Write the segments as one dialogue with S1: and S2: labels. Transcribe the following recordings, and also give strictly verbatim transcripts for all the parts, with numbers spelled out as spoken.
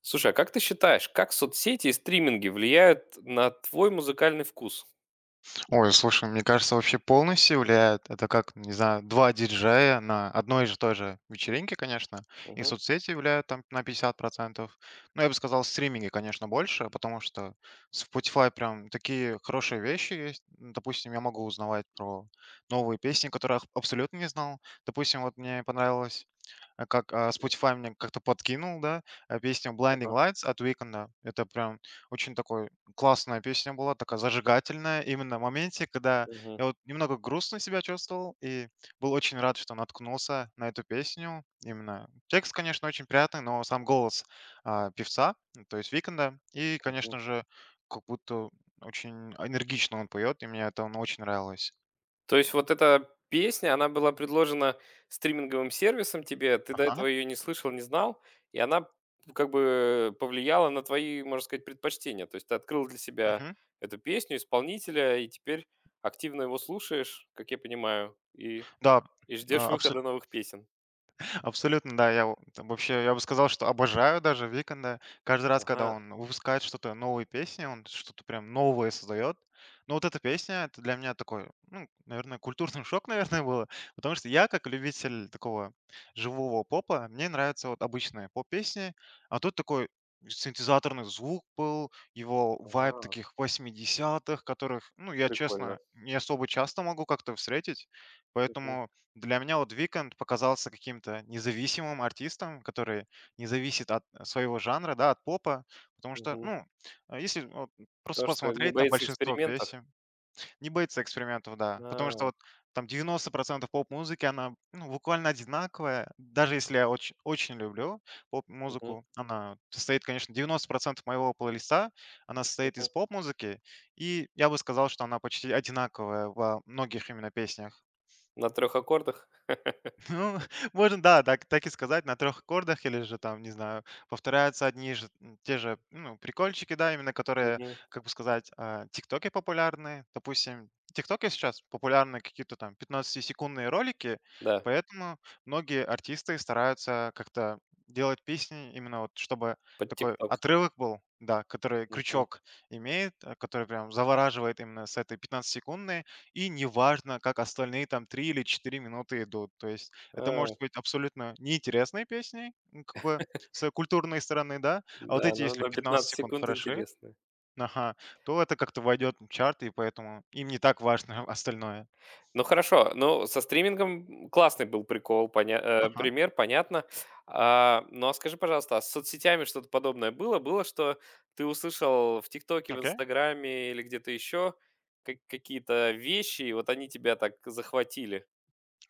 S1: Слушай, а как ты считаешь, как соцсети и стриминги влияют на твой музыкальный вкус?
S2: Ой, слушай, мне кажется, вообще полностью влияет. Это как, не знаю, два диджея на одной и же той же вечеринке, конечно, и
S1: Мгм.
S2: соцсети влияют там на пятьдесят процентов. Но я бы сказал, стриминги, конечно, больше, потому что в Spotify прям такие хорошие вещи есть. М, Допустим, я могу узнавать про новые песни, которых абсолютно не знал. Допустим, вот мне понравилось а как, а,
S1: М,
S2: Spotify мне как-то подкинул, да, а, песню "Blinding
S1: ага,
S2: Lights" от Уикенда. Это прям очень такой классная песня была, такая зажигательная. Именно в моменте, когда
S1: мгм,
S2: я вот немного грустно себя чувствовал и был очень рад, что наткнулся на эту песню. Именно текст, конечно, очень приятный, но сам голос, а, певца, ну, то есть Уикенда. И,
S1: мгм.
S2: конечно же, как будто очень энергично он поет, и мне это, ну, очень нравилось.
S1: То есть вот эта песня, она была предложена стриминговым сервисом тебе, ты до этого
S2: Ага,
S1: ее не слышал, не знал, и она как бы повлияла на твои, можно сказать, предпочтения. То есть ты открыл для себя
S2: мгм.
S1: эту песню, исполнителя, и теперь активно его слушаешь, как я понимаю, и,
S2: Да,
S1: и ждешь
S2: а,
S1: выхода новых песен.
S2: абсолютно, да. Я во там вообще, я бы сказал, что обожаю даже Weeknd. Каждый раз,
S1: Ага,
S2: когда он выпускает что-то, новые песни, он что-то прям новое создает. Но вот эта песня — это для меня такой, ну, наверное, культурный шок, наверное, было. Потому что я, как любитель такого живого попа, мне нравятся вот обычные поп-песни, а тут такой синтезаторный звук был, его вайб
S1: ага,
S2: таких восьмидесятых, которых, ну, я,
S1: прикольно.
S2: честно, не особо часто могу как-то встретить.
S1: Мгм,
S2: Поэтому для меня вот Weekend показался каким-то независимым артистом, который не зависит от э, своего жанра, да, от попа. Потому что,
S1: мгм.
S2: ну, а, если вот просто
S1: То, что не
S2: посмотреть на
S1: боится
S2: большинство
S1: экспериментов?
S2: песен, не боится экспериментов, да. Потому что
S1: А,
S2: вот там девяносто процентов поп-музыки, она ну, буквально одинаковая. Даже если я очень, очень люблю
S1: мгм,
S2: поп-музыку, она состоит, конечно, девяносто процентов моего плейлиста, она состоит
S1: мгм.
S2: из поп-музыки, и я бы сказал, что она почти одинаковая во многих именно песнях.
S1: На трех аккордах?
S2: Ну, можно, да, так так и сказать, на трех аккордах или же там, не знаю, повторяются одни же м, те же, ну, прикольчики, да, именно которые,
S1: Мгм.
S2: как бы сказать, а, "Тиктоке" популярны. Допустим, ТикТоки сейчас популярны какие-то там пятнадцатисекундные ролики,
S1: Да,
S2: поэтому многие артисты стараются как-то делать песни именно вот, чтобы
S1: под
S2: такой
S1: "Тикток".
S2: отрывок был, да, который
S1: Мгм.
S2: крючок имеет, а, который прям завораживает именно с этой пятнадцатисекундной, и неважно, как остальные там три или четыре минуты идут. То есть это
S1: А,
S2: может быть абсолютно неинтересной песней, ну, как бы с культурной стороны, да. А вот
S1: да,
S2: эти,
S1: но
S2: если
S1: на
S2: пятнадцать
S1: пятнадцать
S2: секунд
S1: секунд
S2: хороши,
S1: интересно.
S2: ага, то это как-то войдет в чарт, и поэтому им не так важно остальное.
S1: Ну, хорошо, ну, со стримингом, классный был прикол, поня э,
S2: Ага,
S1: пример, понятно. А, ну, а скажи, пожалуйста, а с соцсетями что-то подобное было? Было, что ты услышал в "Тиктоке", в
S2: окей.
S1: "Инстаграме" или где-то еще ка какие-то вещи, и вот они тебя так захватили?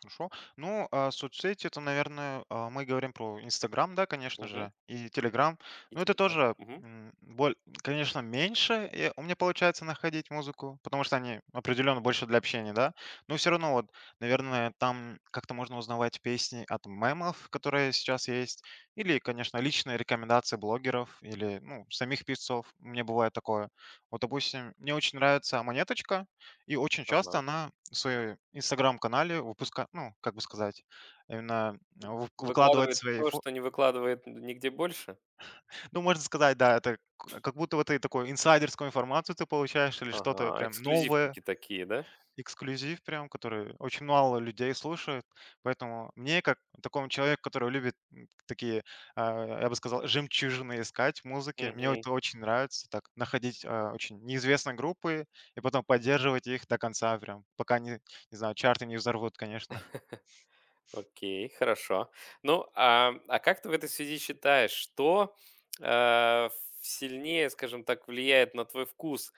S2: Хорошо. Ну, а, соцсети — это, наверное, а, мы говорим про "Инстаграм", да, конечно
S1: Мгм.
S2: же, и "Телеграм".
S1: И
S2: Но это
S1: тебя, да?
S2: тоже,
S1: Мгм.
S2: м, боль конечно, меньше, и у меня получается находить музыку, потому что они определенно больше для общения, да. Но все равно вот, наверное, там как-то можно узнавать песни от мемов, которые сейчас есть, или, конечно, личные рекомендации блогеров или, ну, самих певцов. У меня бывает такое. Вот, допустим, мне очень нравится "Монеточка". И очень
S1: Ага.
S2: часто она в своем "Инстаграм"-канале выпуска ну, как бы сказать, именно вы выкладывает
S1: Выкладывает
S2: свои
S1: то,
S2: фо
S1: что не выкладывает нигде больше?
S2: ну, можно сказать, да, это к как будто вот ты такой инсайдерскую информацию ты получаешь или что-то
S1: Ага,
S2: прям новое,
S1: эксклюзивчики такие, да?
S2: эксклюзив прям, который очень мало людей слушает. Поэтому мне, как такому человеку, который любит м, такие, а, я бы сказал, жемчужины искать в музыке, мне
S1: Мгм.
S2: это очень нравится, так, находить а, очень неизвестные группы и потом поддерживать их до конца прям, пока, не, не знаю, чарты не взорвут, конечно.
S1: Окей, хорошо. Ну, а, а как ты в этой связи считаешь, что, э, ф сильнее, скажем так, влияет на твой вкус?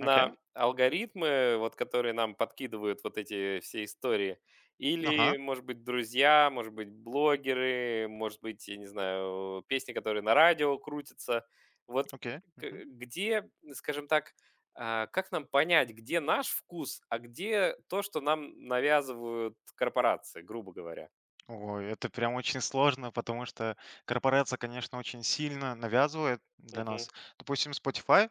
S2: Окей,
S1: алгоритмы, вот которые нам подкидывают вот эти все истории, или,
S2: ага,
S1: может быть, друзья, может быть, блогеры, может быть, я не знаю, песни, которые на радио крутятся? Вот
S2: окей. Мгм.
S1: к где, скажем так, а, как нам понять, где наш вкус, а где то, что нам навязывают корпорации, грубо говоря?
S2: Ой, это прям очень сложно, потому что корпорация, конечно, очень сильно навязывает для
S1: Мгм.
S2: нас. Допустим, Spotify,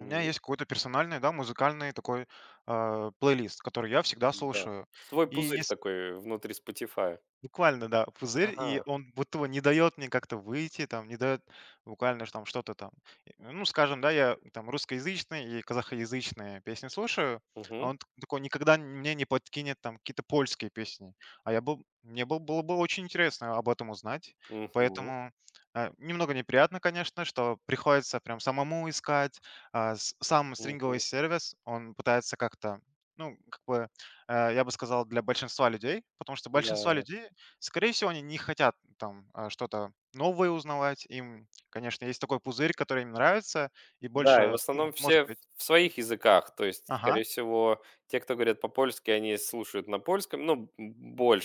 S2: у меня есть какой-то персональный, да, музыкальный такой, а, плейлист, который я всегда
S1: Да.
S2: слушаю.
S1: Свой
S2: И
S1: пузырь
S2: ес
S1: такой внутри Spotify.
S2: Буквально, да, пузырь, и
S1: Ага.
S2: он будто бы не дает мне как-то выйти, там, не дает буквально ж там что-то там. И, ну, скажем, да, я там русскоязычные и казахоязычные песни слушаю,
S1: Мгм.
S2: а он т такой никогда н мне не подкинет там какие-то польские песни. А я был мне был было бы очень интересно об этом узнать,
S1: Мгм.
S2: поэтому, э, немного неприятно, конечно, что приходится прям самому искать. А, с сам стринговый
S1: Мгм.
S2: сервис, он пытается как-то, ну, как бы, э, я бы сказал, для большинства людей, потому что большинство
S1: Да.
S2: людей скорее всего, они не хотят там а, что-то новое узнавать. Им, конечно, есть такой пузырь, который им нравится, и
S1: Да, и в
S2: больше, ну,
S1: основном
S2: может
S1: все
S2: быть.
S1: в своих языках. То есть, скорее
S2: Ага,
S1: всего, те, кто говорят по-польски, они слушают на польском, ну, м,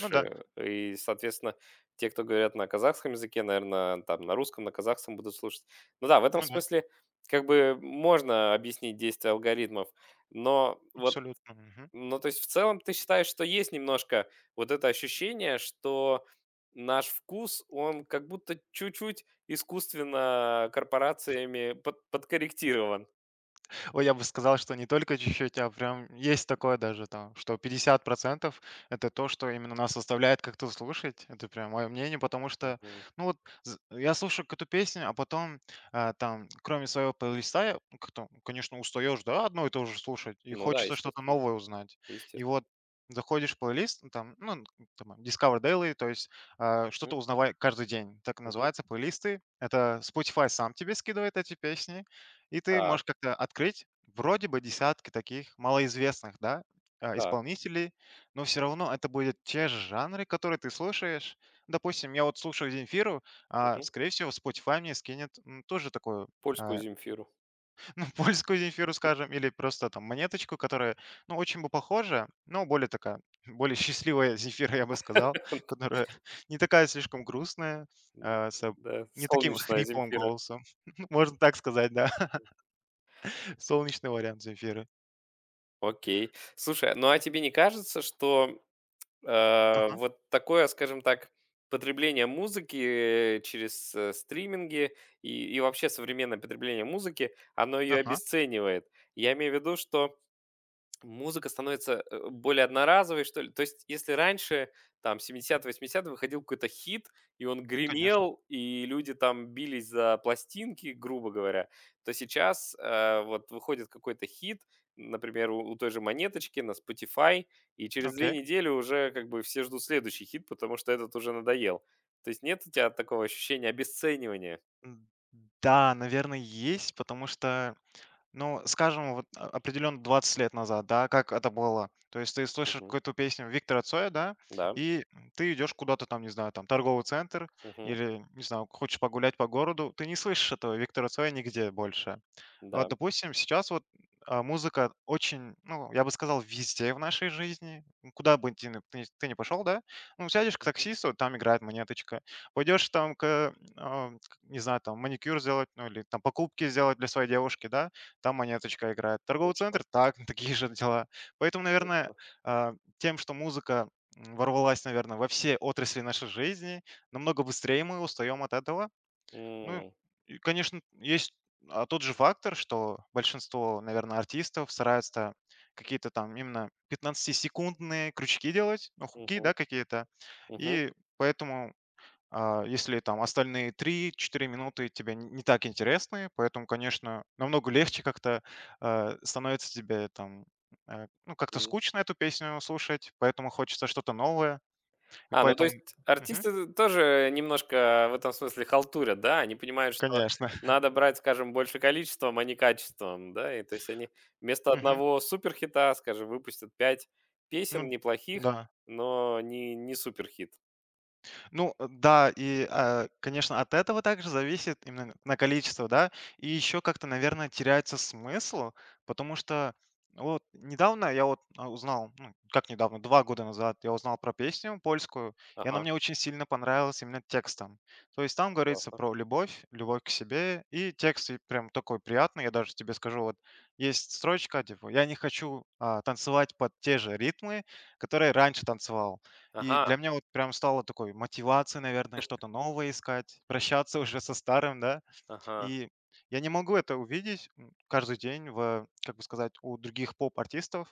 S2: ну да,
S1: И, соответственно, те, кто говорят на казахском языке, наверное, там на русском, на казахском будут слушать. Ну да, в этом
S2: ну да,
S1: смысле как бы можно объяснить действие алгоритмов, но вот,
S2: абсолютно. Мгм.
S1: ну, то есть в целом ты считаешь, что есть немножко вот это ощущение, что наш вкус, он как будто чуть-чуть искусственно корпорациями под- подкорректирован.
S2: Ой, я бы сказал, что не только чуть-чуть, а прям есть такое даже там, что пятьдесят процентов это то, что именно нас заставляет как-то слушать. Это прям мое мнение, потому что,
S1: Мгм.
S2: ну вот, з- я слушаю какую-то песню, а потом а, там, кроме своего плейлиста, я, ну, как-то, конечно, устаешь, да, одно и то же слушать, и
S1: Ну да,
S2: хочется что-то
S1: естественно,
S2: новое узнать. И
S1: естественно.
S2: вот заходишь в плейлист, ну, там, ну, там, Discover Daily, то есть а,
S1: Мгм,
S2: что-то узнавай каждый день. Так и
S1: мгм.
S2: называется, плейлисты. Это Spotify сам тебе скидывает эти песни, и ты
S1: Так,
S2: можешь как-то открыть вроде бы десятки таких малоизвестных, да, а,
S1: так,
S2: исполнителей, но все равно это будет те же жанры, которые ты слушаешь. Допустим, я вот слушаю Земфиру, а,
S1: мгм.
S2: скорее всего, Spotify мне скинет м, тоже такую,
S1: Польскую
S2: а,
S1: "Земфиру".
S2: ну, польскую Земфиру, скажем, или просто там монеточку, которая, ну, очень бы похожа, но более такая, более счастливая Земфира, я бы сказал, которая не такая слишком грустная,
S1: М,
S2: а, с а,
S1: да,
S2: не таким
S1: солнечная
S2: хриплым
S1: "Земфира".
S2: голосом, можно так сказать, да. Солнечный вариант Земфиры.
S1: Окей. Слушай, ну а тебе не кажется, что, э,
S2: Ага,
S1: вот такое, скажем так, потребление музыки через, э, стриминги и и вообще современное потребление музыки, оно ее
S2: ага,
S1: обесценивает? Я имею в виду, что музыка становится, э, более одноразовой, что ли. То есть, если раньше, там, семидесятые-восьмидесятые выходил какой-то хит, и он
S2: конечно.
S1: гремел, и люди там бились за пластинки, грубо говоря, то сейчас, э, вот выходит какой-то хит, например, у у той же "Монеточки" на Spotify, и через две
S2: Окей.
S1: недели уже как бы все ждут следующий хит, потому что этот уже надоел. То есть нет у тебя такого ощущения обесценивания?
S2: М, да, наверное, есть, потому что, ну, скажем, вот о определенно двадцать лет назад, да, как это было. То есть ты слышишь
S1: Мгм.
S2: какую-то песню Виктора Цоя, да,
S1: Да.
S2: и ты идешь куда-то там, не знаю, там торговый центр
S1: Мгм.
S2: или, не знаю, хочешь погулять по городу, ты не слышишь этого Виктора Цоя нигде больше. Вот,
S1: Да.
S2: допустим, сейчас вот а, музыка очень, ну, я бы сказал, везде в нашей жизни. Ну, куда бы ты, ни- ты, ни- ты не пошел, да? Ну, сядешь к
S1: Мгм.
S2: таксисту, там играет монеточка. Пойдешь там к, а, к- не знаю, там маникюр сделать, ну, или там покупки сделать для своей девушки, да? Там монеточка играет. Торговый
S1: Точно,
S2: центр, так, такие же дела. Поэтому, наверное,
S1: точно.
S2: а, тем, что музыка м, ворвалась, наверное, во все отрасли нашей жизни, намного быстрее мы устаем от этого. Ну,
S1: М.
S2: и, конечно, есть а, тот же фактор, что большинство, наверное, артистов стараются какие-то там именно пятнадцатисекундные крючки делать, ну, хуки,
S1: Мгм.
S2: да, какие-то.
S1: Мгм.
S2: И поэтому, а, если там остальные три-четыре минуты тебе н- не так интересны, поэтому, конечно, намного легче как-то э, становится тебе там э, ну, как-то
S1: М.
S2: скучно эту песню слушать, поэтому хочется что-то новое, и
S1: А, ну, то
S2: поэтому...
S1: есть
S2: Мгм,
S1: артисты тоже немножко в этом смысле халтурят, да? Они понимают, что
S2: конечно.
S1: надо брать, скажем, больше количеством, а не качеством, да? И то есть они вместо
S2: Мгм.
S1: одного суперхита, скажем, выпустят пять песен
S2: Ну,
S1: неплохих,
S2: да.
S1: но не, не суперхит.
S2: Ну э, да, и, э, конечно, от этого также зависит именно на количество, да, и еще как-то, наверное, теряется смысл, потому что вот недавно я вот а, узнал, ну, как недавно, два года назад я узнал про песню польскую, и она
S1: Ага,
S2: мне очень сильно понравилась именно текстом. То есть там говорится
S1: классно.
S2: про любовь, любовь к себе, и текст и прям такой приятный, я даже тебе скажу, вот есть строчка, типа, я не хочу а, танцевать под те же ритмы, которые раньше танцевал. И
S1: Ага,
S2: для меня вот прям стало такой мотивацией, наверное, что-то новое искать, прощаться уже со старым, да.
S1: ага,
S2: И я не могу это увидеть м, каждый день в, как бы сказать, у других поп-артистов.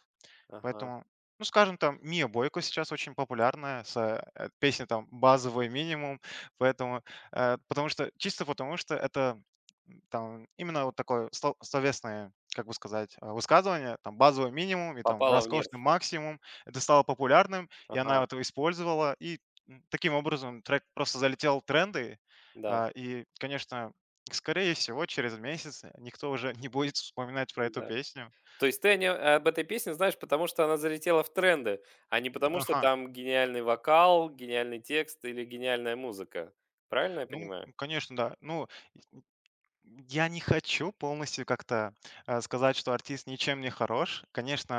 S1: ага.
S2: Поэтому, ну, скажем, там Мия Бойко сейчас очень популярная с э, песней там "Базовый минимум", поэтому, э, потому что чисто потому что это, м, там именно вот такое сло словесное, как бы сказать, э, высказывание, там "базовый минимум" и там
S1: Попала в
S2: "роскошный
S1: нерв.
S2: максимум". Это стало популярным, и
S1: Ага,
S2: она это использовала, и, м, таким образом трек просто залетел в тренды.
S1: да,
S2: А, и, конечно, скорее всего, через месяц никто уже не будет вспоминать про эту
S1: да.
S2: песню.
S1: То есть ты о нё об этой песне знаешь, потому что она залетела в тренды, а не потому что
S2: Ага.
S1: там гениальный вокал, гениальный текст или гениальная музыка. Правильно я
S2: Ну,
S1: понимаю?
S2: конечно, да. Ну, я не хочу полностью как-то э, сказать, что артист ничем не хорош.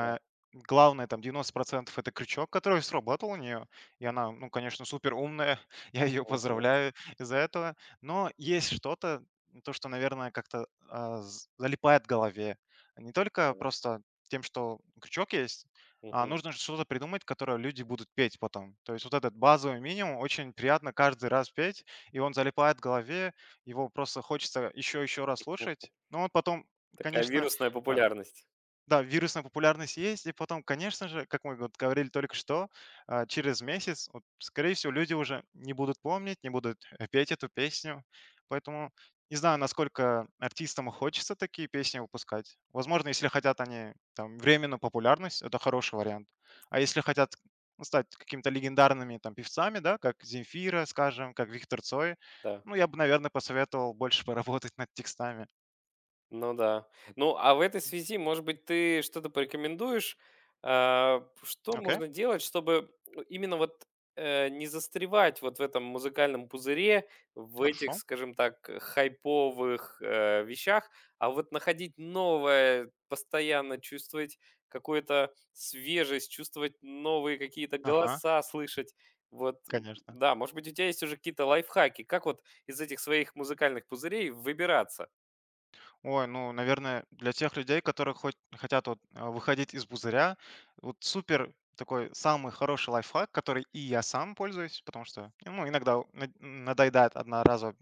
S1: Да.
S2: главное, там девяносто процентов это крючок, который сработал у нее. И она, ну, конечно, супер умная. Я ее
S1: Мгм.
S2: поздравляю из-за этого. Но есть что-то, то, что, наверное, как-то а, з- залипает в голове. Не только
S1: Да.
S2: просто тем, что крючок есть, а
S1: Мгм.
S2: нужно же что-то придумать, которое люди будут петь потом. То есть вот этот базовый минимум очень приятно каждый раз петь, и он залипает в голове, его просто хочется еще еще раз
S1: М.
S2: слушать. Но он потом,
S1: Такая
S2: конечно,
S1: вирусная
S2: э,
S1: популярность.
S2: да, вирусная популярность есть, и потом, конечно же, как мы вот говорили только что, а, через месяц, вот, скорее всего, люди уже не будут помнить, не будут э, петь эту песню. Поэтому не знаю, насколько артистам хочется такие песни выпускать. Возможно, если хотят они там временную популярность, это хороший вариант. А если хотят ну, стать какими-то легендарными там певцами, да, как Земфира, скажем, как Виктор Цой,
S1: Да.
S2: ну, я бы, наверное, посоветовал больше поработать над текстами.
S1: Ну да. Ну, а в этой связи, может быть, ты что-то порекомендуешь? А, что
S2: Окей,
S1: можно делать, чтобы, ну, именно вот э, не застревать вот в этом музыкальном пузыре, в этих,
S2: хорошо.
S1: скажем так, хайповых э, вещах, а вот находить новое, постоянно чувствовать какую-то свежесть, чувствовать новые какие-то
S2: Ага,
S1: голоса, слышать. Вот, м,
S2: конечно.
S1: да, может быть, у тебя есть уже какие-то лайфхаки, как вот из этих своих музыкальных пузырей выбираться?
S2: Ой, ну, наверное, для тех людей, которые хоть хотят вот, а, выходить из пузыря, вот супер такой самый хороший лайфхак, который и я сам пользуюсь, потому что, ну, иногда над- надоедает одноразово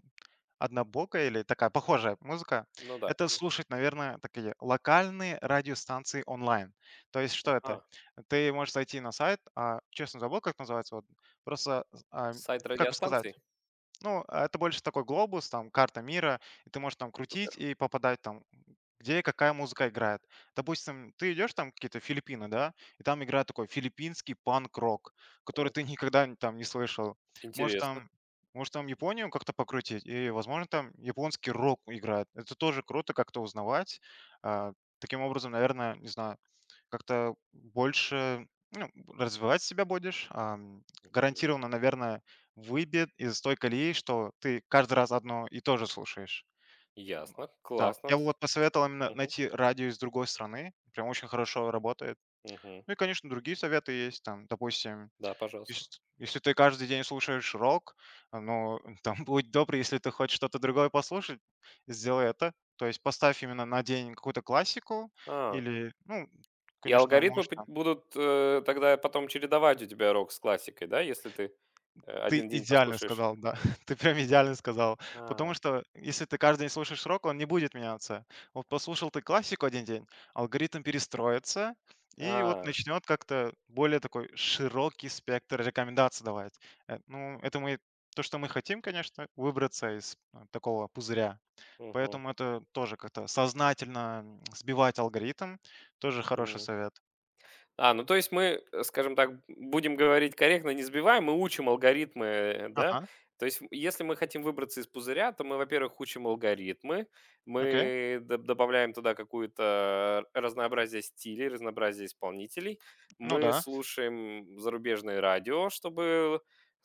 S2: однобокая или такая похожая музыка,
S1: Ну да,
S2: это
S1: конечно.
S2: слушать, наверное, такие локальные радиостанции онлайн. То есть что
S1: Ага,
S2: это? Ты можешь зайти на сайт, а, честно забыл, как называется, вот, просто, а,
S1: сайт
S2: как бы сказать,
S1: радиостанций?
S2: ну, а это больше такой глобус, там, карта мира, и ты можешь там
S1: Супер.
S2: крутить и попадать там, где какая музыка играет. Допустим, ты идешь там какие-то Филиппины, да, и там играет такой филиппинский панк-рок, который
S1: Ой,
S2: ты никогда н- там не слышал. Может
S1: интересно.
S2: там, может там Японию как-то покрутить, и, возможно, там японский рок играет. Это тоже круто как-то узнавать. А, таким образом, наверное, не знаю, как-то больше ну, развивать себя будешь. Ам,
S1: Мгм.
S2: гарантированно, наверное, выбит из той колеи, что ты каждый раз одно и то же слушаешь. М,
S1: Ясно.
S2: да,
S1: Классно.
S2: я бы вот посоветовал именно
S1: Мгм,
S2: найти радио из другой страны, прям очень хорошо работает.
S1: мгм.
S2: Ну и, конечно, другие советы есть, там, допустим,
S1: Да, пожалуйста.
S2: ес если ты каждый день слушаешь рок, а, ну, там, будь добр, если ты хочешь что-то другое послушать, сделай это. То есть поставь именно на день какую-то классику
S1: А,
S2: или, ну,
S1: и
S2: конечно,
S1: алгоритмы
S2: может.
S1: пот будут, э, тогда потом чередовать у тебя рок с классикой, да? Если ты, э,
S2: Ты
S1: один день
S2: идеально
S1: послушаешь.
S2: сказал, да. Ты прям идеально сказал. Потому
S1: А,
S2: что если ты каждый день слушаешь рок, он не будет меняться. Вот послушал ты классику один день, алгоритм перестроится и вот
S1: а,
S2: начнет как-то более такой широкий спектр рекомендаций давать. Э, ну, это мы то, что мы хотим, конечно, выбраться из, э, такого пузыря.
S1: мгм,
S2: Поэтому это тоже как-то сознательно, м, сбивать алгоритм. Тоже хороший
S1: м.
S2: совет.
S1: А, ну, то есть мы, э, скажем так, будем говорить корректно, не сбиваем, мы учим алгоритмы, э, да?
S2: Ага,
S1: То есть, м, если мы хотим выбраться из пузыря, то мы, во-первых, учим алгоритмы,
S2: окей.
S1: мы д- добавляем туда какое-то разнообразие стилей, разнообразие исполнителей,
S2: Ну
S1: мы
S2: да.
S1: слушаем зарубежное радио, чтобы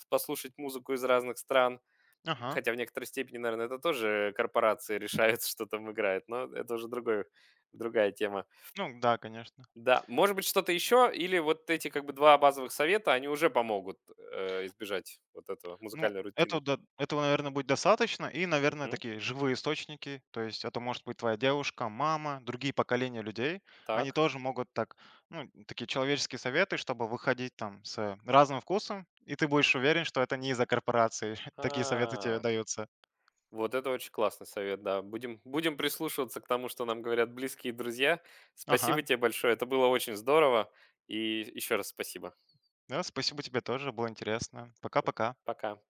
S1: послушать музыку из разных стран,
S2: Ага.
S1: хотя в некоторой степени, наверное, это тоже корпорации решают, что там играет, но это уже другой, другая тема.
S2: Ну да, конечно.
S1: Да, может быть, что-то еще, или вот эти как бы два базовых совета, они уже помогут, э, избежать вот этого
S2: Ну,
S1: музыкальной
S2: этого,
S1: рутины.
S2: да, этого, наверное, будет достаточно. И, наверное,
S1: Мгм.
S2: такие живые источники. То есть это может быть твоя девушка, мама, другие поколения людей. Они
S1: Так.
S2: тоже могут так, ну, такие человеческие советы, чтобы выходить там с разным вкусом. И ты будешь уверен, что это не из-за корпорации. Такие советы тебе
S1: А,
S2: даются.
S1: вот это очень классный совет, да. Будем будем прислушиваться к тому, что нам говорят близкие друзья.
S2: Ага.
S1: Спасибо тебе большое, это было очень здорово. И еще раз спасибо.
S2: Да, спасибо тебе тоже. Было интересно. Пока-пока.
S1: Пока.